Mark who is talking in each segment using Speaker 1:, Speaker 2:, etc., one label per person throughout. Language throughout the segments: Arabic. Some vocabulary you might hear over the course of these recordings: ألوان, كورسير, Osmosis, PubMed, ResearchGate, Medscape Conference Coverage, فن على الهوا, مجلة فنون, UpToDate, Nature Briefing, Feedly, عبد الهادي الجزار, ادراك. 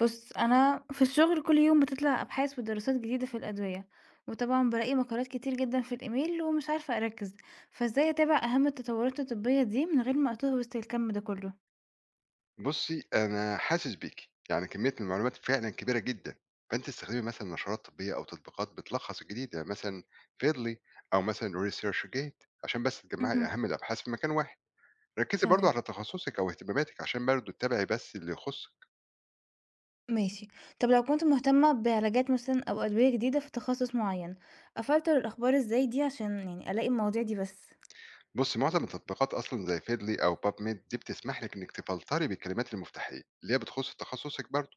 Speaker 1: بُص، أنا في الشغل كل يوم بتطلع أبحاث ودراسات جديدة في الأدوية، وطبعًا بالاقي مقالات كتير جدًا في الإيميل ومش عارفة أركّز، فإزاي أتابع أهم التطورات الطبية دي من غير ما أتوه وسط الكَم ده كله؟
Speaker 2: بُصّي، أنا حاسس بيكِ، يعني كمية من المعلومات فعلًا كبيرة جدًا، فأنتِ تستخدمي مثلًا نشرات طبية أو تطبيقات بتلخّص الجديد، يعني مثلًا Feedly أو مثلًا ResearchGate عشان بس تجمّعي
Speaker 1: اهم،
Speaker 2: أهم الأبحاث في مكان واحد. ركّزي برضه
Speaker 1: تمام،
Speaker 2: على تخصصِك أو اهتماماتِك عشان برضه تتابعي بس اللي يخُصِّك.
Speaker 1: ماشي. طب لو كنت مهتمة بعلاجات مثلًا أو أدوية جديدة في تخصص معين، أفلتر الأخبار إزاي دي عشان يعني ألاقي المواضيع دي بس؟
Speaker 2: بُصّي، معظم التطبيقات أصلًا زي Feedly أو PubMed دي بتسمح لِك إنِّك تفلتري بالكلمات المفتاحية اللي هي بتخُص تخصصِك برضه.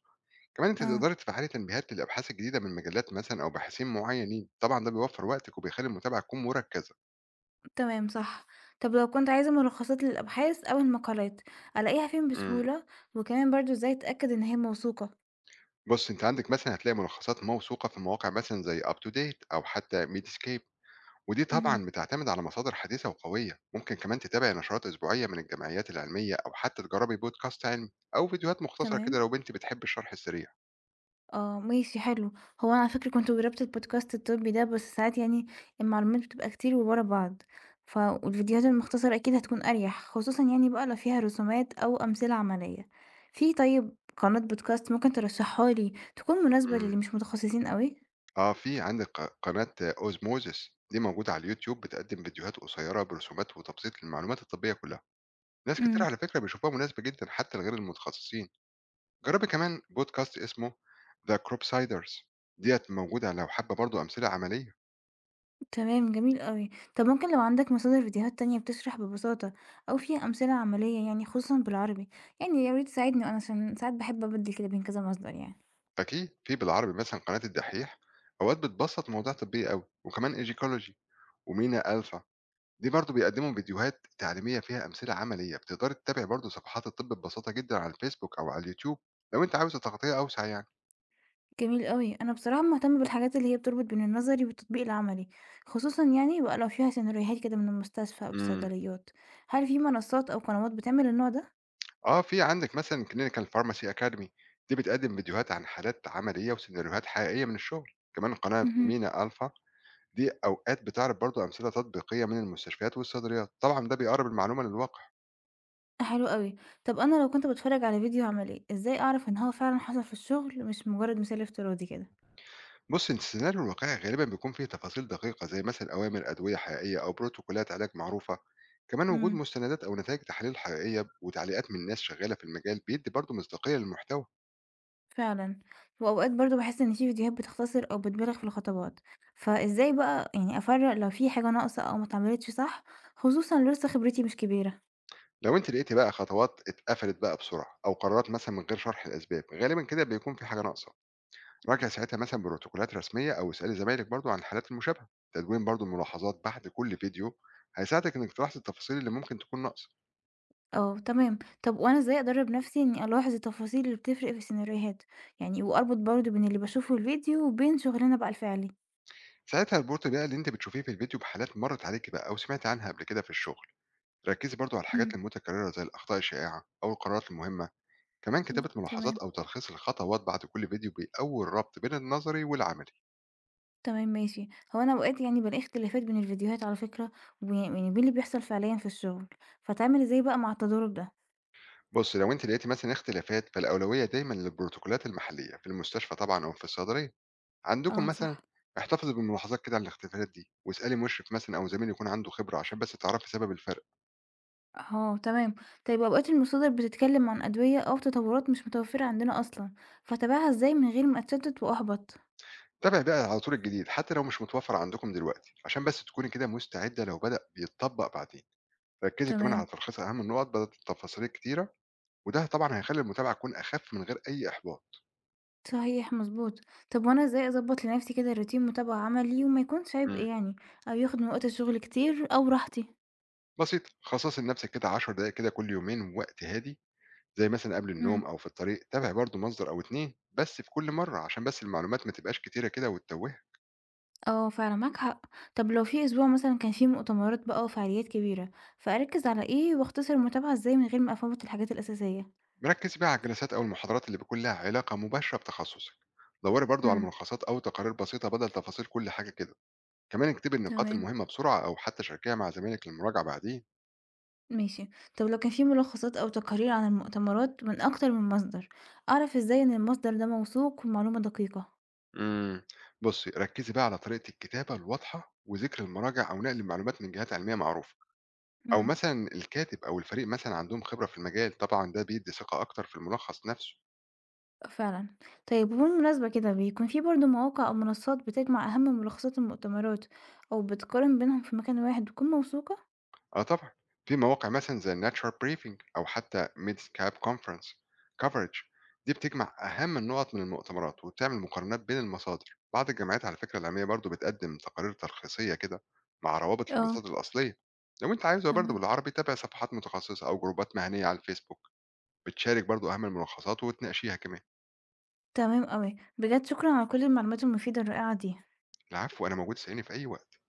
Speaker 2: كمان أنتِ
Speaker 1: آه،
Speaker 2: تقدري تفعّلي تنبيهات للأبحاث الجديدة من مجلات مثلًا أو باحثين معيّنين، طبعًا ده بيوفّر وقتِك وبيخلّي المتابعة تكون مركّزة.
Speaker 1: تمام صح. طب لو كنت عايزة ملخصات للأبحاث أو المقالات، ألاقيها فين
Speaker 2: إمم.
Speaker 1: بسهولة؟ وكمان برضه إزاي أتأكد إن هي موثوقة؟
Speaker 2: بُص، أنت عندك مثلًا هتلاقي ملخصات موثوقة في مواقع مثلًا زي UpToDate أو حتى Medscape، ودي
Speaker 1: اهم.
Speaker 2: طبعًا بتعتمد على مصادر حديثة وقوية. ممكن كمان تتابعي نشرات أسبوعية من الجمعيات العلمية أو حتى تجربي بودكاست علمي أو فيديوهات مختصرة كده
Speaker 1: تمام.
Speaker 2: لو بنتي بتحب الشرح السريع.
Speaker 1: آه، ماشي حلو. هو أنا على فكرة كنت جرّبت البودكاست الطبّي ده، بس ساعات يعني المعلومات بتبقى كتير وورا بعض، والفيديوهات المختصرة أكيد هتكون أريح، خصوصًا يعني بقى لو فيها رسومات أو أمثلة عملية. في طيب قناة بودكاست ممكن ترشّحها لي تكون مناسبة للي
Speaker 2: إمم.
Speaker 1: مش متخصصين أوي؟
Speaker 2: آه، في عندك قناة Osmosis دي موجودة على اليوتيوب بتقدم فيديوهات قصيرة برسومات وتبسيط للمعلومات الطبية كلها. ناس كتير
Speaker 1: إمم،
Speaker 2: على فكرة بيشوفوها مناسبة جدًا حتى لغير المتخصصين. جربي كمان بودكاست اسمه ذا كروب سايدرز ديت موجودة لو حابة برضو أمثلة عملية.
Speaker 1: تمام جميل أوي. طب ممكن لو عندك مصادر فيديوهات تانية بتشرح ببساطة أو فيها أمثلة عملية يعني خصوصًا بالعربي، يعني يا ريت تساعدني أنا عشان ساعات باحب أبدّل كده بين كذا مصدر يعني.
Speaker 2: أكيد في بالعربي مثلا قناة الدحيح، أوقات بتبسط مواضيع طبية قوي، وكمان ايجيكولوجي ومينا ألفا دي برضو بيقدموا فيديوهات تعليمية فيها أمثلة عملية. بتقدري تتابعي برضو صفحات الطب ببساطة جدا على الفيسبوك أو على اليوتيوب لو أنت عاوزة تغطية أوسع يعني.
Speaker 1: جميل أوي. أنا بصراحة مهتمة بالحاجات اللي هي بتربط بين النظري والتطبيق العملي، خصوصًا يعني بقى لو فيها سيناريوهات كده من المستشفى أو
Speaker 2: امم.
Speaker 1: الصيدليات. هل في منصات أو قنوات بتعمل النوع ده؟
Speaker 2: اه، في عندك مثلا كلينيكال فارماسي اكاديمي، دي بتقدم فيديوهات عن حالات عملية وسيناريوهات حقيقية من الشغل. كمان قناة
Speaker 1: مهم.
Speaker 2: مينا ألفا دي أوقات بتعرض برضه أمثلة تطبيقية من المستشفيات والصيدليات، طبعًا ده بيقرب المعلومة للواقع.
Speaker 1: حلو أوي. طب أنا لو كنت باتفرج على فيديو عملي، إزاي أعرف إن هو فعلًا حصل في الشغل مش مجرد مثال افتراضي كده؟
Speaker 2: بُص، السيناريو الواقعي غالبًا بيكون فيه تفاصيل دقيقة زي مثلًا أوامر أدوية حقيقية أو بروتوكولات علاج معروفة، كمان وجود
Speaker 1: مم.
Speaker 2: مستندات أو نتائج تحاليل حقيقية وتعليقات من ناس شغالة في المجال بيدي برضه مصداقية للمحتوى.
Speaker 1: فعلًا. وأوقات برضه باحس إن في فيديوهات بتختصر أو بتبالغ في الخطوات، فإزاي بقى يعني أفرق لو في حاجة ناقصة أو ما اتعملتش صح، خصوصًا لو لسه خبرتي مش كبيرة؟
Speaker 2: لو أنت لقيتِ بقى خطوات اتقفلت بقى بسرعة أو قرارات مثلًا من غير شرح الأسباب، غالبًا كده بيكون في حاجة ناقصة. راجع ساعتها مثلا بروتوكولات رسميه او اسال زمايلك برضو عن الحالات المشابهه. تدوين برضو الملاحظات بعد كل فيديو هيساعدك انك تلاحظ التفاصيل اللي ممكن تكون ناقصه.
Speaker 1: آه، تمام. طب وأنا إزاي أدرّب نَفْسي إنّي ألاحظ التفاصيل اللي بتفرق في السيناريوهات؟ يعني وأربط برضه بين اللي باشوفه في الفيديو وبين شُغلنا بقى الفعلي.
Speaker 2: ساعتها البورت بقى اللي انت بتشوفيه في الفيديو بحالات مرت عليك بقى او سمعت عنها قبل كده في الشغل. ركزي برضو على الحاجات
Speaker 1: إمم.
Speaker 2: المتكرره زي الاخطاء الشائعه او القرارات المهمه. كمان
Speaker 1: إمم،
Speaker 2: كتابة ملاحظات
Speaker 1: تمام،
Speaker 2: أو تلخيص الخطوات بعد كل فيديو بيقوي الربط بين النظري والعملي.
Speaker 1: تمام ماشي. هو أنا أوقات يعني بالاقي اختلافات بين الفيديوهات على فكرة يعني وبين اللي بيحصل فعليًا في الشُغل، فأتعامل إزاي بقى مع التضارب ده؟
Speaker 2: بص، لو أنت لقيتي مثلا اختلافات فالأولوية دايما للبروتوكولات المحلية في المستشفى طبعا أو في الصيدلية. عندكم
Speaker 1: آه،
Speaker 2: مثلًا
Speaker 1: صح.
Speaker 2: احتفظي بالملاحظات كده على الاختلافات دي، واسألي مُشرف مثلًا أو زميل يكون عنده خبرة عشان بس تعرفي سبب الفرق.
Speaker 1: آه، تمام. طيب أوقات المصادر بتتكلم عن أدوية أو تطوّرات مش متوفّرة عندنا أصلًا، فاتابعها إزاي من غير ما أتشتّت وأحبط؟
Speaker 2: تابعي بقى على طول الجديد حتى لو مش متوفر عندكم دلوقتي، عشان بس تكوني كده مستعدة لو بدأ بيتطبق بعدين، ركزي كمان على
Speaker 1: تمام.
Speaker 2: تلخيص أهم النقط بدل التفاصيل الكتيرة، وده طبعًا هيخلّي المتابعة تكون أخف من غير أي إحباط.
Speaker 1: صحيح، مضبوط. طب وأنا إزاي أضبّط لنفسي كده routine متابعة عملي وما يكونش عبء
Speaker 2: إمم.
Speaker 1: يعني، أو ياخد من وقت الشغل كتير أو راحتي؟
Speaker 2: بسيطة، خصصي لنفسِك كده 10 دقايق كده كل يومين وقت هادي، زي مثلًا قبل النوم
Speaker 1: إمم،
Speaker 2: أو في الطريق، تابعي برضه مصدر أو 2 بس في كل مرة عشان بس المعلومات ما تبقاش كتيرة كده وتتوهِك.
Speaker 1: آه فعلًا معاك حق. طب لو في أسبوع مثلًا كان فيه مؤتمرات بقى وفعاليات كبيرة، فأركّز على إيه واختصر المتابعة إزاي من غير ما أفوّت الحاجات الأساسية؟
Speaker 2: ركزي بقى على الجلسات أو المحاضرات اللي بيكون لها علاقة مباشرة بتخصصك. دوري برضو على
Speaker 1: إمم،
Speaker 2: ملخصات أو تقارير بسيطة بدل تفاصيل كل حاجة كده. كمان اكتبي النقاط
Speaker 1: تمام،
Speaker 2: المهمة بسرعة أو حتى شاركيها مع زمايلك للمراجعة بعدين.
Speaker 1: ماشي. طب لو كان في ملخصات أو تقارير عن المؤتمرات من أكتر من مصدر، أعرف إزاي إن المصدر ده موثوق ومعلومة دقيقة؟
Speaker 2: امم. بصي، ركزي بقى على طريقة الكتابة الواضحة وذكر المراجع أو نقل المعلومات من جهات علمية معروفة، أو
Speaker 1: إمم.
Speaker 2: مثلا الكاتب أو الفريق مثلا عندهم خبرة في المجال، طبعا ده بيدي ثقة أكتر في الملخص نفسه.
Speaker 1: فعلًا. طيب وبالمناسبة كده بيكون في برضه مواقع أو منصات بتجمع أهم ملخصات المؤتمرات أو بتقارن بينهم في مكان واحد بتكون موثوقة؟
Speaker 2: آه طبعًا، في مواقع مثلًا زي Nature Briefing أو حتى Medscape Conference Coverage، دي بتجمع أهم النقط من المؤتمرات وبتعمل مقارنات بين المصادر، بعض الجامعات على فكرة العلمية برضه بتقدم تقارير تلخيصية كده مع روابط
Speaker 1: اه
Speaker 2: للمصادر الأصلية. لو أنت عايزها برضه
Speaker 1: تمام.
Speaker 2: بالعربي تابع صفحات متخصصة أو جروبات مهنية على الفيسبوك بتشارك برضه أهم الملخصات وتناقشيها كمان.
Speaker 1: تمام أوي. بجد شكرًا على كل المعلومات المفيدة الرائعة دي.
Speaker 2: العفو، أنا موجود اسأليني في أي وقت.